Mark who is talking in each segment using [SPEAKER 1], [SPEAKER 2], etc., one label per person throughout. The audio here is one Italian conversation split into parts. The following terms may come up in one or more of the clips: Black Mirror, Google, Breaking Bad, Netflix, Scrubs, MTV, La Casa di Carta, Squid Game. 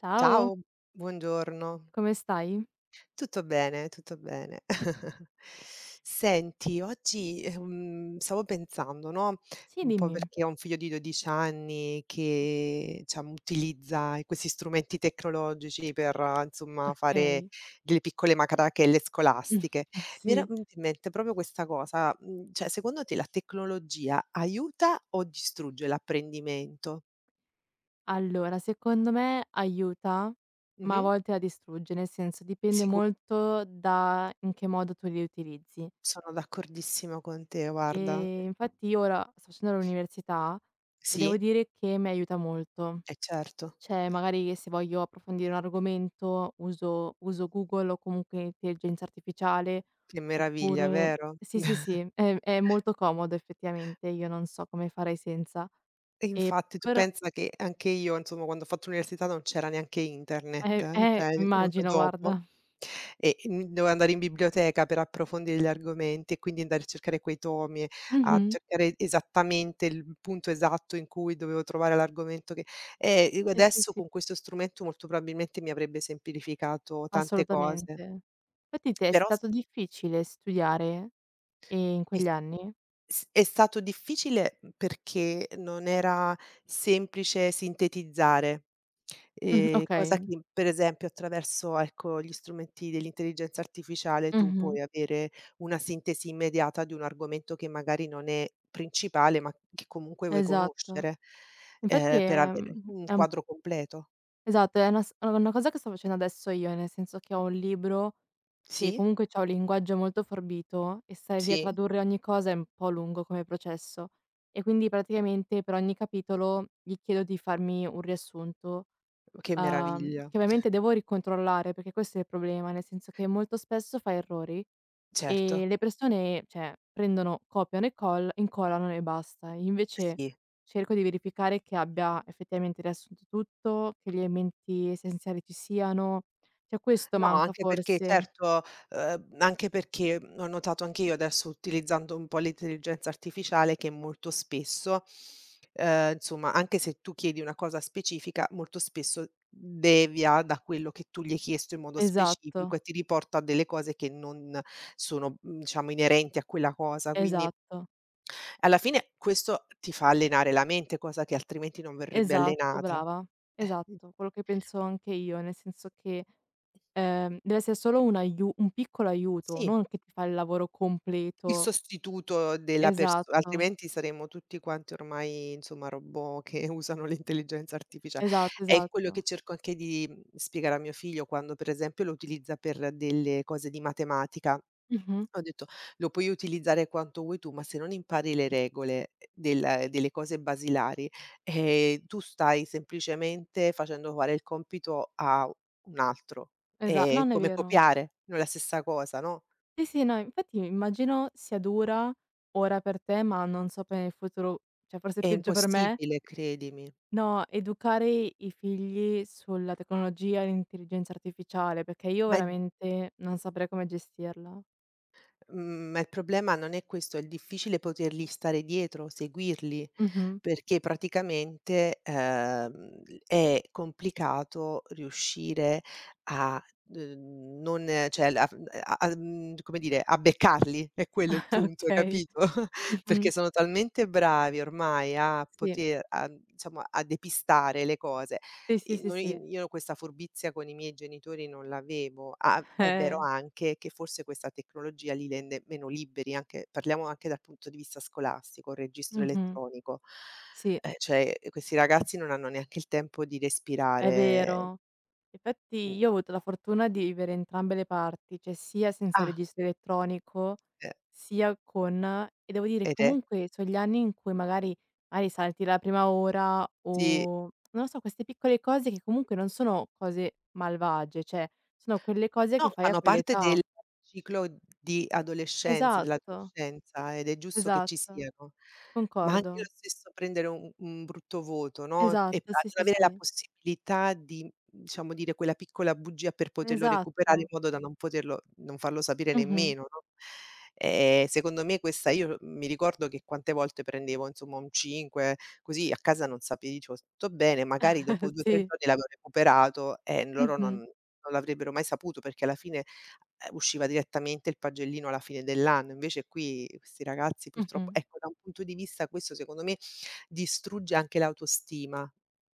[SPEAKER 1] Ciao,
[SPEAKER 2] Ciao, buongiorno.
[SPEAKER 1] come stai?
[SPEAKER 2] Tutto bene, tutto bene. Senti, oggi, stavo pensando, no,
[SPEAKER 1] Sì,
[SPEAKER 2] un po'
[SPEAKER 1] dimmi.
[SPEAKER 2] perché ho un figlio di 12 anni che, diciamo, utilizza questi strumenti tecnologici per, insomma, fare
[SPEAKER 1] Okay.
[SPEAKER 2] delle piccole macarachelle scolastiche. Mi era
[SPEAKER 1] Sì.
[SPEAKER 2] venuta in mente proprio questa cosa, cioè secondo te la tecnologia aiuta o distrugge l'apprendimento?
[SPEAKER 1] Allora, secondo me aiuta, ma a
[SPEAKER 2] Mh-mh.
[SPEAKER 1] volte la distrugge, nel senso dipende
[SPEAKER 2] Sicu
[SPEAKER 1] molto da in che modo tu li utilizzi.
[SPEAKER 2] Sono d'accordissimo con te, guarda.
[SPEAKER 1] Infatti io ora sto facendo l'università e devo
[SPEAKER 2] Sì,
[SPEAKER 1] dire che mi aiuta molto.
[SPEAKER 2] eh certo.
[SPEAKER 1] Cioè, magari che se voglio approfondire un argomento uso Google o comunque intelligenza artificiale,
[SPEAKER 2] Che meraviglia,
[SPEAKER 1] oppure
[SPEAKER 2] vero?
[SPEAKER 1] sì, sì, sì, è molto comodo effettivamente, io non so come farei senza.
[SPEAKER 2] E
[SPEAKER 1] Ehm,
[SPEAKER 2] infatti tu
[SPEAKER 1] però
[SPEAKER 2] pensa che anche io, insomma, quando ho fatto l'università non c'era neanche internet,
[SPEAKER 1] eh, eh,
[SPEAKER 2] cioè è venuto
[SPEAKER 1] immagino
[SPEAKER 2] dopo
[SPEAKER 1] guarda.
[SPEAKER 2] e, dovevo andare in biblioteca per approfondire gli argomenti e quindi andare a cercare quei tomi, a
[SPEAKER 1] Mh-mh.
[SPEAKER 2] cercare esattamente il punto esatto in cui dovevo trovare l'argomento che io
[SPEAKER 1] Sì, sì,
[SPEAKER 2] adesso
[SPEAKER 1] sì,
[SPEAKER 2] con questo strumento molto probabilmente mi avrebbe semplificato tante cose,
[SPEAKER 1] assolutamente. Infatti te è
[SPEAKER 2] però
[SPEAKER 1] stato difficile studiare, in
[SPEAKER 2] s
[SPEAKER 1] quegli anni?
[SPEAKER 2] S è stato difficile, perché non era semplice sintetizzare, cosa
[SPEAKER 1] Okay.
[SPEAKER 2] che per esempio attraverso, ecco, gli strumenti dell'intelligenza artificiale tu
[SPEAKER 1] Mh-mh.
[SPEAKER 2] puoi avere una sintesi immediata di un argomento che magari non è principale, ma che comunque vuoi
[SPEAKER 1] Esatto.
[SPEAKER 2] conoscere,
[SPEAKER 1] Infatti
[SPEAKER 2] per
[SPEAKER 1] è,
[SPEAKER 2] avere
[SPEAKER 1] mhmm,
[SPEAKER 2] un
[SPEAKER 1] è un
[SPEAKER 2] quadro completo.
[SPEAKER 1] Esatto, è una cosa che sto facendo adesso io, nel senso che ho un libro che
[SPEAKER 2] Sì,
[SPEAKER 1] comunque c'ha un linguaggio molto forbito e stare lì a
[SPEAKER 2] sì,
[SPEAKER 1] tradurre ogni cosa è un po' lungo come processo. E quindi praticamente per ogni capitolo gli chiedo di farmi un riassunto
[SPEAKER 2] che meraviglia.
[SPEAKER 1] che ovviamente devo ricontrollare, perché questo è il problema, nel senso che molto spesso fai errori
[SPEAKER 2] Certo,
[SPEAKER 1] e le persone, cioè, prendono, copiano e coll incollano e basta. Invece
[SPEAKER 2] sì.
[SPEAKER 1] cerco di verificare che abbia effettivamente riassunto tutto, che gli elementi essenziali ci siano. Cioè questo
[SPEAKER 2] No,
[SPEAKER 1] manca
[SPEAKER 2] anche perché
[SPEAKER 1] forse.
[SPEAKER 2] certo, anche perché, ho notato anche io adesso utilizzando un po' l'intelligenza artificiale che molto spesso, insomma, anche se tu chiedi una cosa specifica, molto spesso devia da quello che tu gli hai chiesto in modo specifico
[SPEAKER 1] Esatto,
[SPEAKER 2] e ti riporta a delle cose che non sono, diciamo inerenti a quella cosa. Quindi
[SPEAKER 1] esatto,
[SPEAKER 2] alla fine questo ti fa allenare la mente, cosa che altrimenti non verrebbe
[SPEAKER 1] esatto,
[SPEAKER 2] allenata.
[SPEAKER 1] brava.
[SPEAKER 2] Mh.
[SPEAKER 1] Esatto, quello che penso anche io, nel senso che deve essere solo un piccolo aiuto,
[SPEAKER 2] Sì.
[SPEAKER 1] non che ti fa il lavoro
[SPEAKER 2] Il
[SPEAKER 1] completo.
[SPEAKER 2] sostituto della perso
[SPEAKER 1] Esatto,
[SPEAKER 2] altrimenti saremmo tutti quanti ormai, insomma, robot che usano l'intelligenza artificia.
[SPEAKER 1] esatto,
[SPEAKER 2] È quello che
[SPEAKER 1] esatto.
[SPEAKER 2] cerco anche di, spiegare a mio figlio quando, per esempio, lo utilizza per delle cose di matematica. Ho
[SPEAKER 1] Mh-mh.
[SPEAKER 2] detto: "Lo puoi utilizzare quanto vuoi tu, ma se non impari le regole delle cose basilari, tu stai semplicemente facendo fare il compito a un altro.
[SPEAKER 1] Esa
[SPEAKER 2] È
[SPEAKER 1] Non è
[SPEAKER 2] come
[SPEAKER 1] vero.
[SPEAKER 2] copiare, non è la stessa cosa, no?
[SPEAKER 1] Sì, sì, no, infatti immagino sia dura ora per te, ma non so per il futuro, cioè forse è
[SPEAKER 2] È
[SPEAKER 1] peggio per me.
[SPEAKER 2] impossibile, credimi."
[SPEAKER 1] No, educare i figli sulla tecnologia e l'intelligenza artificiale, perché io
[SPEAKER 2] Ma il
[SPEAKER 1] veramente non saprei come gestirla.
[SPEAKER 2] mhmm, ma il problema non è questo, è il difficile poterli stare dietro, seguirli,
[SPEAKER 1] Mh-mh.
[SPEAKER 2] perché praticamente, è complicato riuscire a, non cioè a f a a mhmm, come dire, a beccarli, è quello il punto,
[SPEAKER 1] Okay.
[SPEAKER 2] capito? Perché
[SPEAKER 1] Mh-mh.
[SPEAKER 2] sono talmente bravi ormai a
[SPEAKER 1] Sì.
[SPEAKER 2] poter a insomma, a depistare le cose
[SPEAKER 1] Sì, sì,
[SPEAKER 2] i
[SPEAKER 1] sì,
[SPEAKER 2] noi
[SPEAKER 1] sì.
[SPEAKER 2] in io questa furbizia con i miei genitori non l'avevo. Ah, è vero
[SPEAKER 1] Eh.
[SPEAKER 2] anche che forse questa tecnologia li rende meno liberi, anche parliamo anche dal punto di vista scolastico, il registro
[SPEAKER 1] Mh-mh.
[SPEAKER 2] elettronico.
[SPEAKER 1] Sì.
[SPEAKER 2] Cioè, questi ragazzi non hanno neanche il tempo di
[SPEAKER 1] È
[SPEAKER 2] respirare.
[SPEAKER 1] vero. Infatti
[SPEAKER 2] Mh.
[SPEAKER 1] io ho avuto la fortuna di vivere entrambe le parti, cioè sia senza
[SPEAKER 2] Ah,
[SPEAKER 1] registro elettronico,
[SPEAKER 2] eh,
[SPEAKER 1] sia con e devo dire
[SPEAKER 2] ed è
[SPEAKER 1] comunque so' gli anni in cui magari salti la prima ora
[SPEAKER 2] sì.
[SPEAKER 1] o non lo so, queste piccole cose che comunque non sono cose malvagie, cioè sono quelle cose che
[SPEAKER 2] No,
[SPEAKER 1] fai a
[SPEAKER 2] fanno parte
[SPEAKER 1] quell'età.
[SPEAKER 2] del ciclo di adolescenza,
[SPEAKER 1] Esatto,
[SPEAKER 2] dell'adolescenza ed è giusto che ci
[SPEAKER 1] esatto,
[SPEAKER 2] siano. Ma anche lo
[SPEAKER 1] concordo.
[SPEAKER 2] stesso prendere un brutto voto, no, e
[SPEAKER 1] Esatto,
[SPEAKER 2] a
[SPEAKER 1] sì,
[SPEAKER 2] non
[SPEAKER 1] sì,
[SPEAKER 2] avere la
[SPEAKER 1] sì.
[SPEAKER 2] possibilità di, diciamo, dire quella piccola bugia per poterlo recuperare in
[SPEAKER 1] Esatto.
[SPEAKER 2] modo da non poterlo non farlo sapere
[SPEAKER 1] Mh-mh.
[SPEAKER 2] nemmeno, no. Secondo me questa io mi ricordo che quante volte prendevo insomma un 5, così a casa non sape dicevo: "Tutto bene", magari dopo 2, 3
[SPEAKER 1] Sì.
[SPEAKER 2] giorni l'avevo recuperato e loro
[SPEAKER 1] Mh-mh.
[SPEAKER 2] non l'avrebbero mai saputo perché alla fine, usciva direttamente il pagellino alla fine dell'anno. Invece qui questi ragazzi purtroppo
[SPEAKER 1] Mh-mh.
[SPEAKER 2] ecco, da un punto di vista questo secondo me distrugge anche l'autostima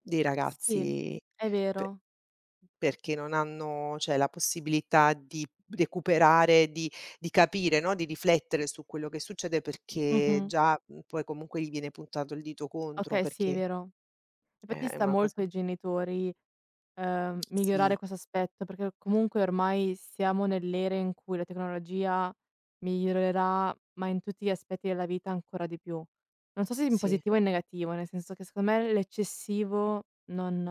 [SPEAKER 2] dei
[SPEAKER 1] Sì,
[SPEAKER 2] ragazzi
[SPEAKER 1] è
[SPEAKER 2] pe
[SPEAKER 1] vero.
[SPEAKER 2] perché non hanno, cioè, la possibilità di recuperare, di capire, no, di riflettere su quello che succede perché
[SPEAKER 1] Mh-mh.
[SPEAKER 2] già, poi comunque gli viene puntato il dito contro
[SPEAKER 1] Okay, sì, è
[SPEAKER 2] perché
[SPEAKER 1] vero. Infatti
[SPEAKER 2] è
[SPEAKER 1] sta
[SPEAKER 2] una
[SPEAKER 1] molto
[SPEAKER 2] cosa
[SPEAKER 1] ai genitori, migliorare
[SPEAKER 2] sì,
[SPEAKER 1] questo aspetto, perché comunque ormai siamo nell'era in cui la tecnologia migliorerà, ma in tutti gli aspetti della vita ancora di più. Non so se in
[SPEAKER 2] sì.
[SPEAKER 1] positivo o in negativo, nel senso che secondo me l'eccessivo non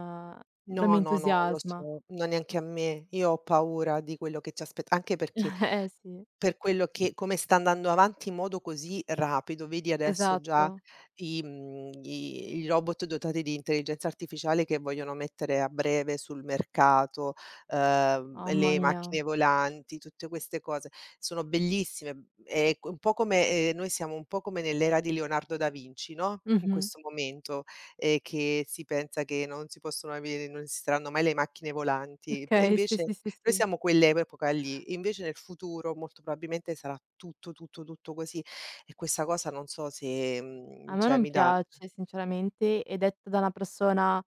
[SPEAKER 1] non mi
[SPEAKER 2] No, no, no, lo
[SPEAKER 1] entusiasma.
[SPEAKER 2] so, no neanche a me. Io ho paura di quello che ci aspetta anche perché
[SPEAKER 1] Eh sì,
[SPEAKER 2] per quello che come sta andando avanti in modo così rapido, vedi adesso già
[SPEAKER 1] esatto.
[SPEAKER 2] i mhmm, i i robot dotati di intelligenza artificiale che vogliono mettere a breve sul mercato,
[SPEAKER 1] Mamma
[SPEAKER 2] le
[SPEAKER 1] mia.
[SPEAKER 2] macchine volanti, tutte queste cose. Sono bellissime, è co un po' come noi siamo un po' come nell'era di Leonardo da Vinci, no, in
[SPEAKER 1] Mh-mh.
[SPEAKER 2] questo momento, che si pensa che non si possono avere non esisteranno mai le macchine volanti, e
[SPEAKER 1] Okay, sì,
[SPEAKER 2] invece
[SPEAKER 1] sì, sì,
[SPEAKER 2] noi
[SPEAKER 1] sì.
[SPEAKER 2] siamo quell'epoca lì, invece nel futuro molto probabilmente sarà tutto, tutto, tutto così e questa cosa non so se,
[SPEAKER 1] A me
[SPEAKER 2] cioè
[SPEAKER 1] non
[SPEAKER 2] mi dà
[SPEAKER 1] piace sinceramente e detto da una persona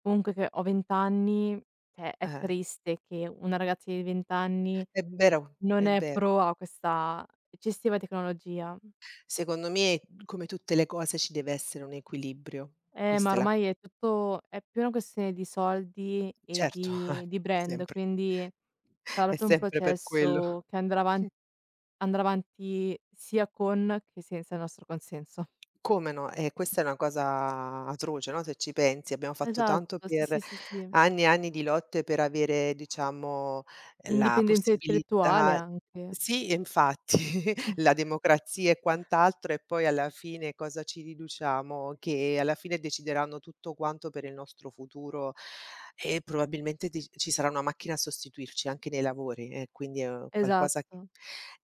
[SPEAKER 1] comunque che ho 20 anni, cioè è
[SPEAKER 2] eh,
[SPEAKER 1] triste che una ragazza di 20 anni
[SPEAKER 2] è vero,
[SPEAKER 1] non
[SPEAKER 2] è
[SPEAKER 1] è
[SPEAKER 2] vero.
[SPEAKER 1] pro a questa eccessiva tecnologia.
[SPEAKER 2] Secondo me, come tutte le cose, ci deve essere un equilibrio.
[SPEAKER 1] Ma
[SPEAKER 2] Questa è la
[SPEAKER 1] ormai è più una questione di soldi e
[SPEAKER 2] certo,
[SPEAKER 1] di di brand,
[SPEAKER 2] sempre
[SPEAKER 1] quindi sarà
[SPEAKER 2] è
[SPEAKER 1] proprio un
[SPEAKER 2] sempre per quello.
[SPEAKER 1] processo che andrà avanti sia con che senza il nostro consenso.
[SPEAKER 2] Come no? E questa è una cosa atroce, no, se ci pensi. Abbiamo fatto tanto
[SPEAKER 1] Esatto, sì,
[SPEAKER 2] per
[SPEAKER 1] sì, sì, sì.
[SPEAKER 2] anni e anni di lotte per avere, diciamo, la
[SPEAKER 1] L'indipendenza intellettuale
[SPEAKER 2] possibilità
[SPEAKER 1] anche.
[SPEAKER 2] sì, infatti, la democrazia e quant'altro e poi alla fine cosa ci riduciamo? Che alla fine decideranno tutto quanto per il nostro futuro e probabilmente ti ci sarà una macchina a sostituirci anche nei lavori e quindi è qualcosa che
[SPEAKER 1] Esatto.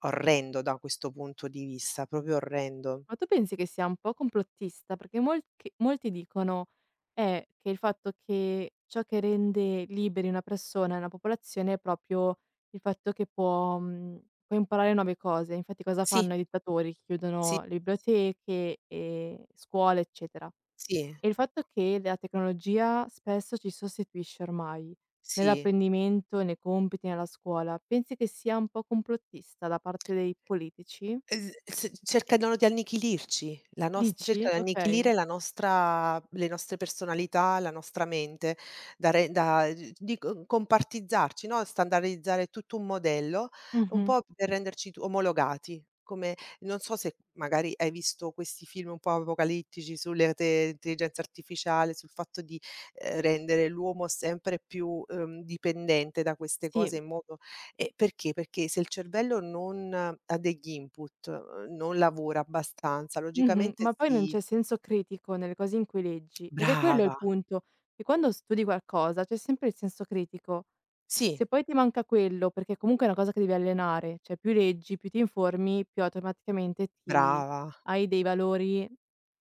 [SPEAKER 2] orrendo da questo punto di vista, proprio orrendo.
[SPEAKER 1] Ma tu pensi che sia un po' complottista? Perché molti dicono, che il fatto che ciò che rende liberi una persona e una popolazione è proprio il fatto che può imparare nuove cose. Infatti cosa
[SPEAKER 2] Sì.
[SPEAKER 1] fanno i dittatori?
[SPEAKER 2] Sì,
[SPEAKER 1] Chiudono le biblioteche, scuole, eccetera.
[SPEAKER 2] sì,
[SPEAKER 1] E il fatto che la tecnologia spesso ci sostituisce ormai
[SPEAKER 2] sì.
[SPEAKER 1] nell'apprendimento, nei compiti, nella scuola, pensi che sia un po' complottista da parte dei politici?
[SPEAKER 2] Es s cercano di annichilirci, la nos
[SPEAKER 1] Dici?
[SPEAKER 2] cercano di
[SPEAKER 1] Okay.
[SPEAKER 2] annichilire la nostra le nostre personalità, la nostra mente, da re da di co compartizzarci, no, standardizzare tutto un modello, un
[SPEAKER 1] Mh-mh.
[SPEAKER 2] po' per renderci tu omologati. Come non so se magari hai visto questi film un po' apocalittici sulle te intelligenza artificiale, sul fatto di, rendere l'uomo sempre più, dipendente da queste
[SPEAKER 1] Sì,
[SPEAKER 2] cose in modo. E perché? Perché se il cervello non ha degli input, non lavora abbastanza,
[SPEAKER 1] mh-mh,
[SPEAKER 2] logicamente
[SPEAKER 1] ma poi non
[SPEAKER 2] si
[SPEAKER 1] c'è senso critico nelle cose in cui leggi, perché quello è il
[SPEAKER 2] brava,
[SPEAKER 1] punto, che quando studi qualcosa c'è sempre il senso critico.
[SPEAKER 2] sì,
[SPEAKER 1] Se poi ti manca quello, perché comunque è una cosa che devi allenare, cioè più leggi, più ti informi, più automaticamente ti
[SPEAKER 2] brava,
[SPEAKER 1] hai dei valori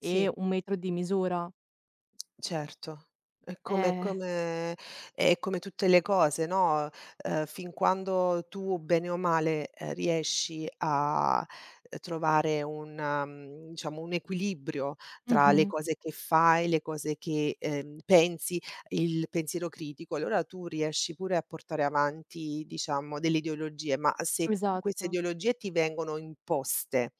[SPEAKER 2] sì.
[SPEAKER 1] un metro di misura.
[SPEAKER 2] Certo, è come è
[SPEAKER 1] Eh.
[SPEAKER 2] come è come tutte le cose, no, fin quando tu bene o male, riesci a trovare un diciamo un equilibrio tra le
[SPEAKER 1] Mh-mh.
[SPEAKER 2] cose che fai, le cose che, pensi, il pensiero critico, allora tu riesci pure a portare avanti, diciamo, delle ideologie, ma se queste
[SPEAKER 1] Esatto.
[SPEAKER 2] ideologie ti vengono imposte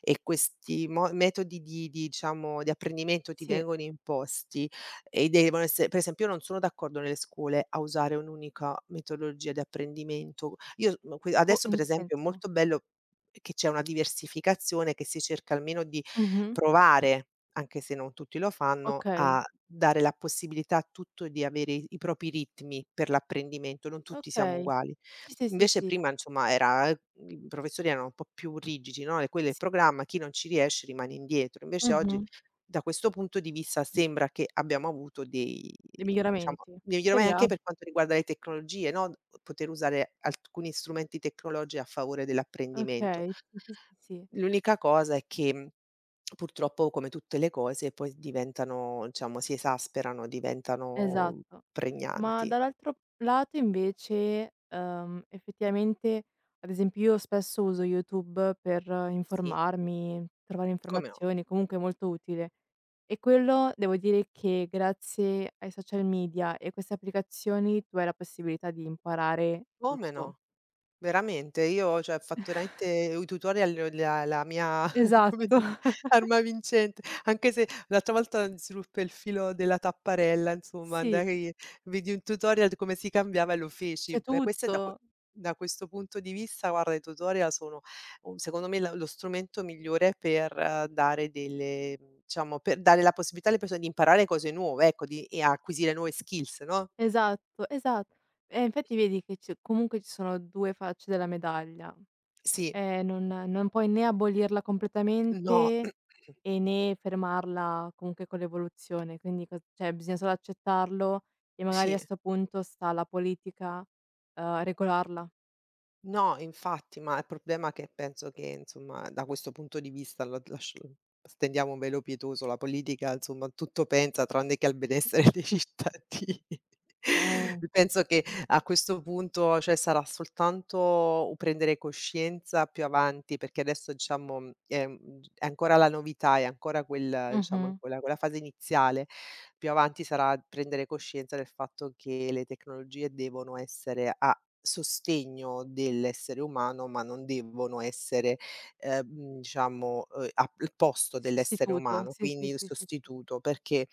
[SPEAKER 2] e questi mo metodi di diciamo, di apprendimento ti
[SPEAKER 1] Sì,
[SPEAKER 2] vengono imposti e devono esse per esempio io non sono d'accordo nelle scuole a usare un'unica metodologia di apprendimento. Io m que
[SPEAKER 1] co
[SPEAKER 2] adesso
[SPEAKER 1] in
[SPEAKER 2] per
[SPEAKER 1] che
[SPEAKER 2] esempio è
[SPEAKER 1] senso?
[SPEAKER 2] molto bello che c'è una diversificazione, che si cerca almeno di
[SPEAKER 1] Mh-mh.
[SPEAKER 2] provare, anche se non tutti lo fanno,
[SPEAKER 1] Okay,
[SPEAKER 2] a dare la possibilità a tutto di avere i propri ritmi per l'apprendimento, non tutti siamo
[SPEAKER 1] okay.
[SPEAKER 2] uguali.
[SPEAKER 1] Sì, sì, sì,
[SPEAKER 2] Invece
[SPEAKER 1] sì,
[SPEAKER 2] prima insomma era i professori erano un po' più rigidi, no, e quello è il
[SPEAKER 1] sì.
[SPEAKER 2] programma, chi non ci riesce rimane indietro. Invece oggi
[SPEAKER 1] Mh-mh.
[SPEAKER 2] da questo punto di vista sembra che abbiamo avuto dei
[SPEAKER 1] Dei
[SPEAKER 2] diciamo,
[SPEAKER 1] miglioramenti?
[SPEAKER 2] dei miglioramenti anche
[SPEAKER 1] Speria
[SPEAKER 2] per quanto riguarda le tecnologie, no, poter usare alcuni strumenti tecnologici a favore dell'apprendimento.
[SPEAKER 1] okay, sì, sì, sì, sì,
[SPEAKER 2] L'unica cosa è che, purtroppo come tutte le cose poi diventano diciamo si esasperano, diventano
[SPEAKER 1] esatto. Ma
[SPEAKER 2] pregnanti.
[SPEAKER 1] dall'altro lato invece, effettivamente, ad esempio io spesso uso YouTube per
[SPEAKER 2] Sì,
[SPEAKER 1] informarmi, trovare
[SPEAKER 2] come no,
[SPEAKER 1] informazioni, comunque è molto utile. E quello devo dire che grazie ai social media e queste applicazioni tu hai la possibilità di imparare
[SPEAKER 2] come
[SPEAKER 1] tutto.
[SPEAKER 2] no. Veramente, io cioè, ho fatto veramente i tutorial la mia come
[SPEAKER 1] Esatto.
[SPEAKER 2] dire, arma vincente, anche se l'altra volta si ruppe il filo della tapparella, insomma,
[SPEAKER 1] Sì,
[SPEAKER 2] andai vidi un tutorial di come si cambiava e lo feci.
[SPEAKER 1] c'è
[SPEAKER 2] Beh, questo è
[SPEAKER 1] tutto.
[SPEAKER 2] da questo punto di vista, guarda, i tutorial sono u secondo me la lo strumento migliore per dare delle diciamo, per dare la possibilità alle persone di imparare cose nuove, ecco, di e acquisire nuove skills, no?
[SPEAKER 1] Esatto, esatto. E infatti vedi che ci comunque ci sono 2 facce della medaglia.
[SPEAKER 2] Sì,
[SPEAKER 1] Non puoi né abolirla
[SPEAKER 2] no,
[SPEAKER 1] completamente e né fermarla comunque con l'evoluzione, quindi co cioè bisogna solo accettarlo e magari a
[SPEAKER 2] sì.
[SPEAKER 1] 'sto punto sta alla politica, regolarla.
[SPEAKER 2] No, infatti, ma il problema è che penso che, insomma, da questo punto di vista la lascia stendiamo un velo pietoso, la politica, insomma, tutto pensa tranne che al benessere dei cittadini.
[SPEAKER 1] Eh,
[SPEAKER 2] Penso che a questo punto, cioè, sarà soltanto un prendere coscienza più avanti, perché adesso diciamo, è ancora la novità, è ancora quel diciamo,
[SPEAKER 1] mh-mh,
[SPEAKER 2] quella fase iniziale. Più avanti sarà prendere coscienza del fatto che le tecnologie devono essere a sostegno dell'essere umano, ma non devono essere, diciamo, a al posto dell'essere
[SPEAKER 1] sostituto,
[SPEAKER 2] umano,
[SPEAKER 1] sì,
[SPEAKER 2] quindi
[SPEAKER 1] sì,
[SPEAKER 2] il
[SPEAKER 1] sì, sì, sì.
[SPEAKER 2] sostituto, perché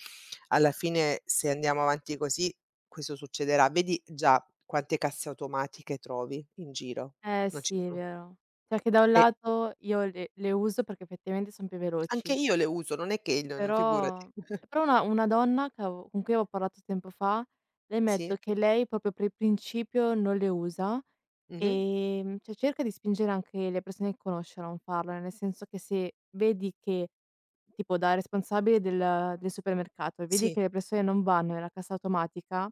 [SPEAKER 2] alla fine se andiamo avanti così questo succederà. Vedi già quante casse automatiche trovi in giro,
[SPEAKER 1] Eh
[SPEAKER 2] non ci
[SPEAKER 1] sì, è
[SPEAKER 2] sono
[SPEAKER 1] vero. Cioè che da un
[SPEAKER 2] e
[SPEAKER 1] lato io le uso perché effettivamente son più
[SPEAKER 2] anche
[SPEAKER 1] veloci.
[SPEAKER 2] io le uso, non è che non figurati.
[SPEAKER 1] Però però una donna che avevo con cui avevo parlato tempo fa, lei mi ha
[SPEAKER 2] Sì,
[SPEAKER 1] detto che lei proprio per il principio non le usa,
[SPEAKER 2] mh-mh.
[SPEAKER 1] cioè cerca di spingere anche le persone che conosce a non farlo, nel senso che se vedi che tipo da responsabile del supermercato, e vedi
[SPEAKER 2] Sì,
[SPEAKER 1] che le persone non vanno nella cassa automatica,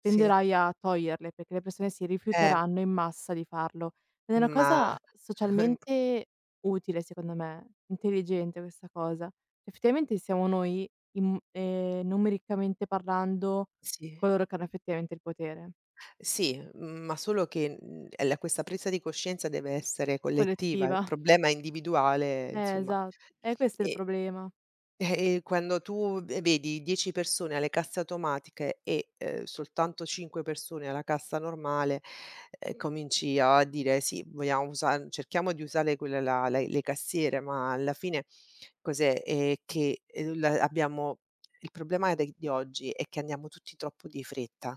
[SPEAKER 2] sì.
[SPEAKER 1] tenderai a toglierle, perché le persone si
[SPEAKER 2] Eh,
[SPEAKER 1] rifiuteranno in massa di farlo. Ed è una
[SPEAKER 2] ma
[SPEAKER 1] cosa socialmente utile secondo me, intelligente questa cosa. Effettivamente siamo noi in numericamente parlando,
[SPEAKER 2] sì.
[SPEAKER 1] coloro che hanno effettivamente il potere.
[SPEAKER 2] Sì, ma solo che, è la questa presa di coscienza deve essere collettiva, il
[SPEAKER 1] Collettiva.
[SPEAKER 2] problema è individuale, insomma.
[SPEAKER 1] Esatto. E questo è il
[SPEAKER 2] E
[SPEAKER 1] problema.
[SPEAKER 2] e quando tu ve vedi 10 persone alle casse automatiche e, soltanto 5 persone alla cassa normale, cominci a dire: "Sì, vogliamo usa cerchiamo di usare quella là la le cassiere", ma alla fine cos'è, che, la abbiamo il problema de di oggi è che andiamo tutti troppo di fretta.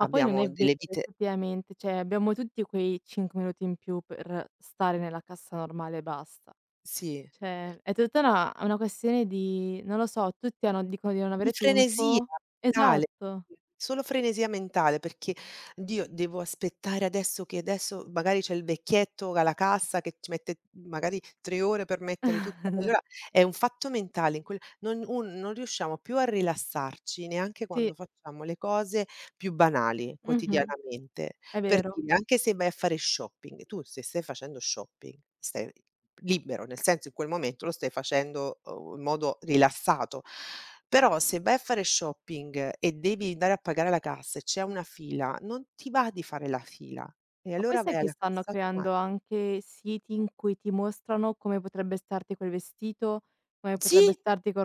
[SPEAKER 1] Ma poi non è vero
[SPEAKER 2] delle vite
[SPEAKER 1] effettivamente, cioè abbiamo tutti quei 5 minuti in più per stare nella cassa normale e basta.
[SPEAKER 2] Sì,
[SPEAKER 1] Cioè, è tutta una questione di non lo so, tutti hanno dicono di non
[SPEAKER 2] di
[SPEAKER 1] avere
[SPEAKER 2] frenesia
[SPEAKER 1] tempo,
[SPEAKER 2] mentale,
[SPEAKER 1] esatto.
[SPEAKER 2] sì, solo frenesia mentale perché: "Dio, devo aspettare adesso che adesso magari c'è il vecchietto alla cassa che ci mette magari 3 ore per mettere tutto" e
[SPEAKER 1] Esa
[SPEAKER 2] allora è un fatto mentale in quel non riusciamo più a rilassarci neanche
[SPEAKER 1] Sì,
[SPEAKER 2] quando facciamo le cose più banali
[SPEAKER 1] mh-mh,
[SPEAKER 2] quotidianamente.
[SPEAKER 1] è
[SPEAKER 2] Per
[SPEAKER 1] vero.
[SPEAKER 2] dire, anche se vai a fare shopping, tu se stai facendo shopping stai libero, nel senso in quel momento lo stai facendo, in modo rilassato. Però se vai a fare shopping e devi andare a pagare alla cassa e c'è una fila, non ti va di fare la fila e
[SPEAKER 1] Ma poi
[SPEAKER 2] allora vai
[SPEAKER 1] sai che
[SPEAKER 2] alla
[SPEAKER 1] stanno
[SPEAKER 2] cassa automa
[SPEAKER 1] creando anche siti in cui ti mostrano come potrebbe starti quel vestito, come potrebbe
[SPEAKER 2] sì,
[SPEAKER 1] starti quel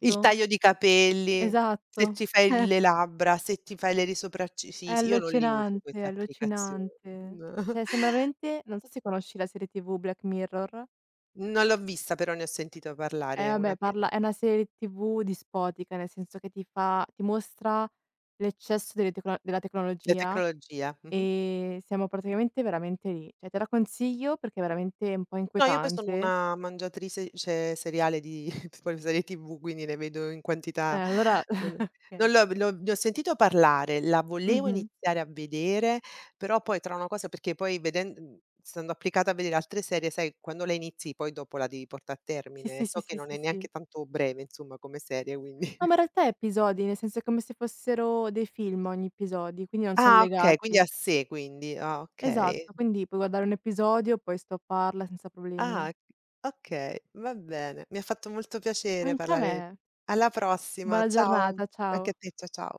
[SPEAKER 2] il taglio di capelli, se
[SPEAKER 1] Esatto.
[SPEAKER 2] ti fai
[SPEAKER 1] Eh.
[SPEAKER 2] le labbra, se ti fai le risopracciglia
[SPEAKER 1] È
[SPEAKER 2] sì, sì, io non li uso
[SPEAKER 1] allucinante, è
[SPEAKER 2] queste applicazioni.
[SPEAKER 1] allucinante. Cioè, sembra veramente. Non so se conosci la serie TV Black Mirror.
[SPEAKER 2] No. Non l'ho vista però ne ho sentito parlare, è una
[SPEAKER 1] Vabbè,
[SPEAKER 2] che
[SPEAKER 1] parla è una serie TV dispotica, nel senso che ti mostra l'eccesso delle tecno della
[SPEAKER 2] la
[SPEAKER 1] tecnologia,
[SPEAKER 2] tecnologia, mh-mh.
[SPEAKER 1] siamo praticamente veramente lì. Cioè te la consiglio perché veramente è veramente un po'
[SPEAKER 2] No, io poi sono
[SPEAKER 1] inquietante.
[SPEAKER 2] una mangiatrice cioè seriale di poi serie TV, quindi ne vedo in quantità.
[SPEAKER 1] Allora
[SPEAKER 2] Mhmm, non
[SPEAKER 1] okay.
[SPEAKER 2] l'ho l'ho ne ho sentito parlare, la volevo
[SPEAKER 1] Mh-mh.
[SPEAKER 2] iniziare a vedere, però poi tra una cosa perché poi stando applicata a vedere altre serie, sai quando la inizi poi dopo la devi portare a
[SPEAKER 1] Sì,
[SPEAKER 2] termine, e
[SPEAKER 1] sì,
[SPEAKER 2] so
[SPEAKER 1] sì,
[SPEAKER 2] che
[SPEAKER 1] sì,
[SPEAKER 2] non
[SPEAKER 1] sì,
[SPEAKER 2] è neanche
[SPEAKER 1] sì.
[SPEAKER 2] tanto breve insomma come serie, quindi.
[SPEAKER 1] No, ma in realtà è episodi, nel senso è come se fossero dei film ogni episodi, quindi non son
[SPEAKER 2] Ah okay, quindi è
[SPEAKER 1] legati.
[SPEAKER 2] a sé quindi. Ah okay.
[SPEAKER 1] Esatto, quindi puoi guardare un episodio, puoi stopparla senza
[SPEAKER 2] Ah,
[SPEAKER 1] problemi.
[SPEAKER 2] okay, va bene. Mi ha fatto molto piacere
[SPEAKER 1] Anche a
[SPEAKER 2] parlare
[SPEAKER 1] me.
[SPEAKER 2] alla prossima.
[SPEAKER 1] Buona
[SPEAKER 2] Ciao.
[SPEAKER 1] giornata,
[SPEAKER 2] Anche a
[SPEAKER 1] ciao.
[SPEAKER 2] te, ciao.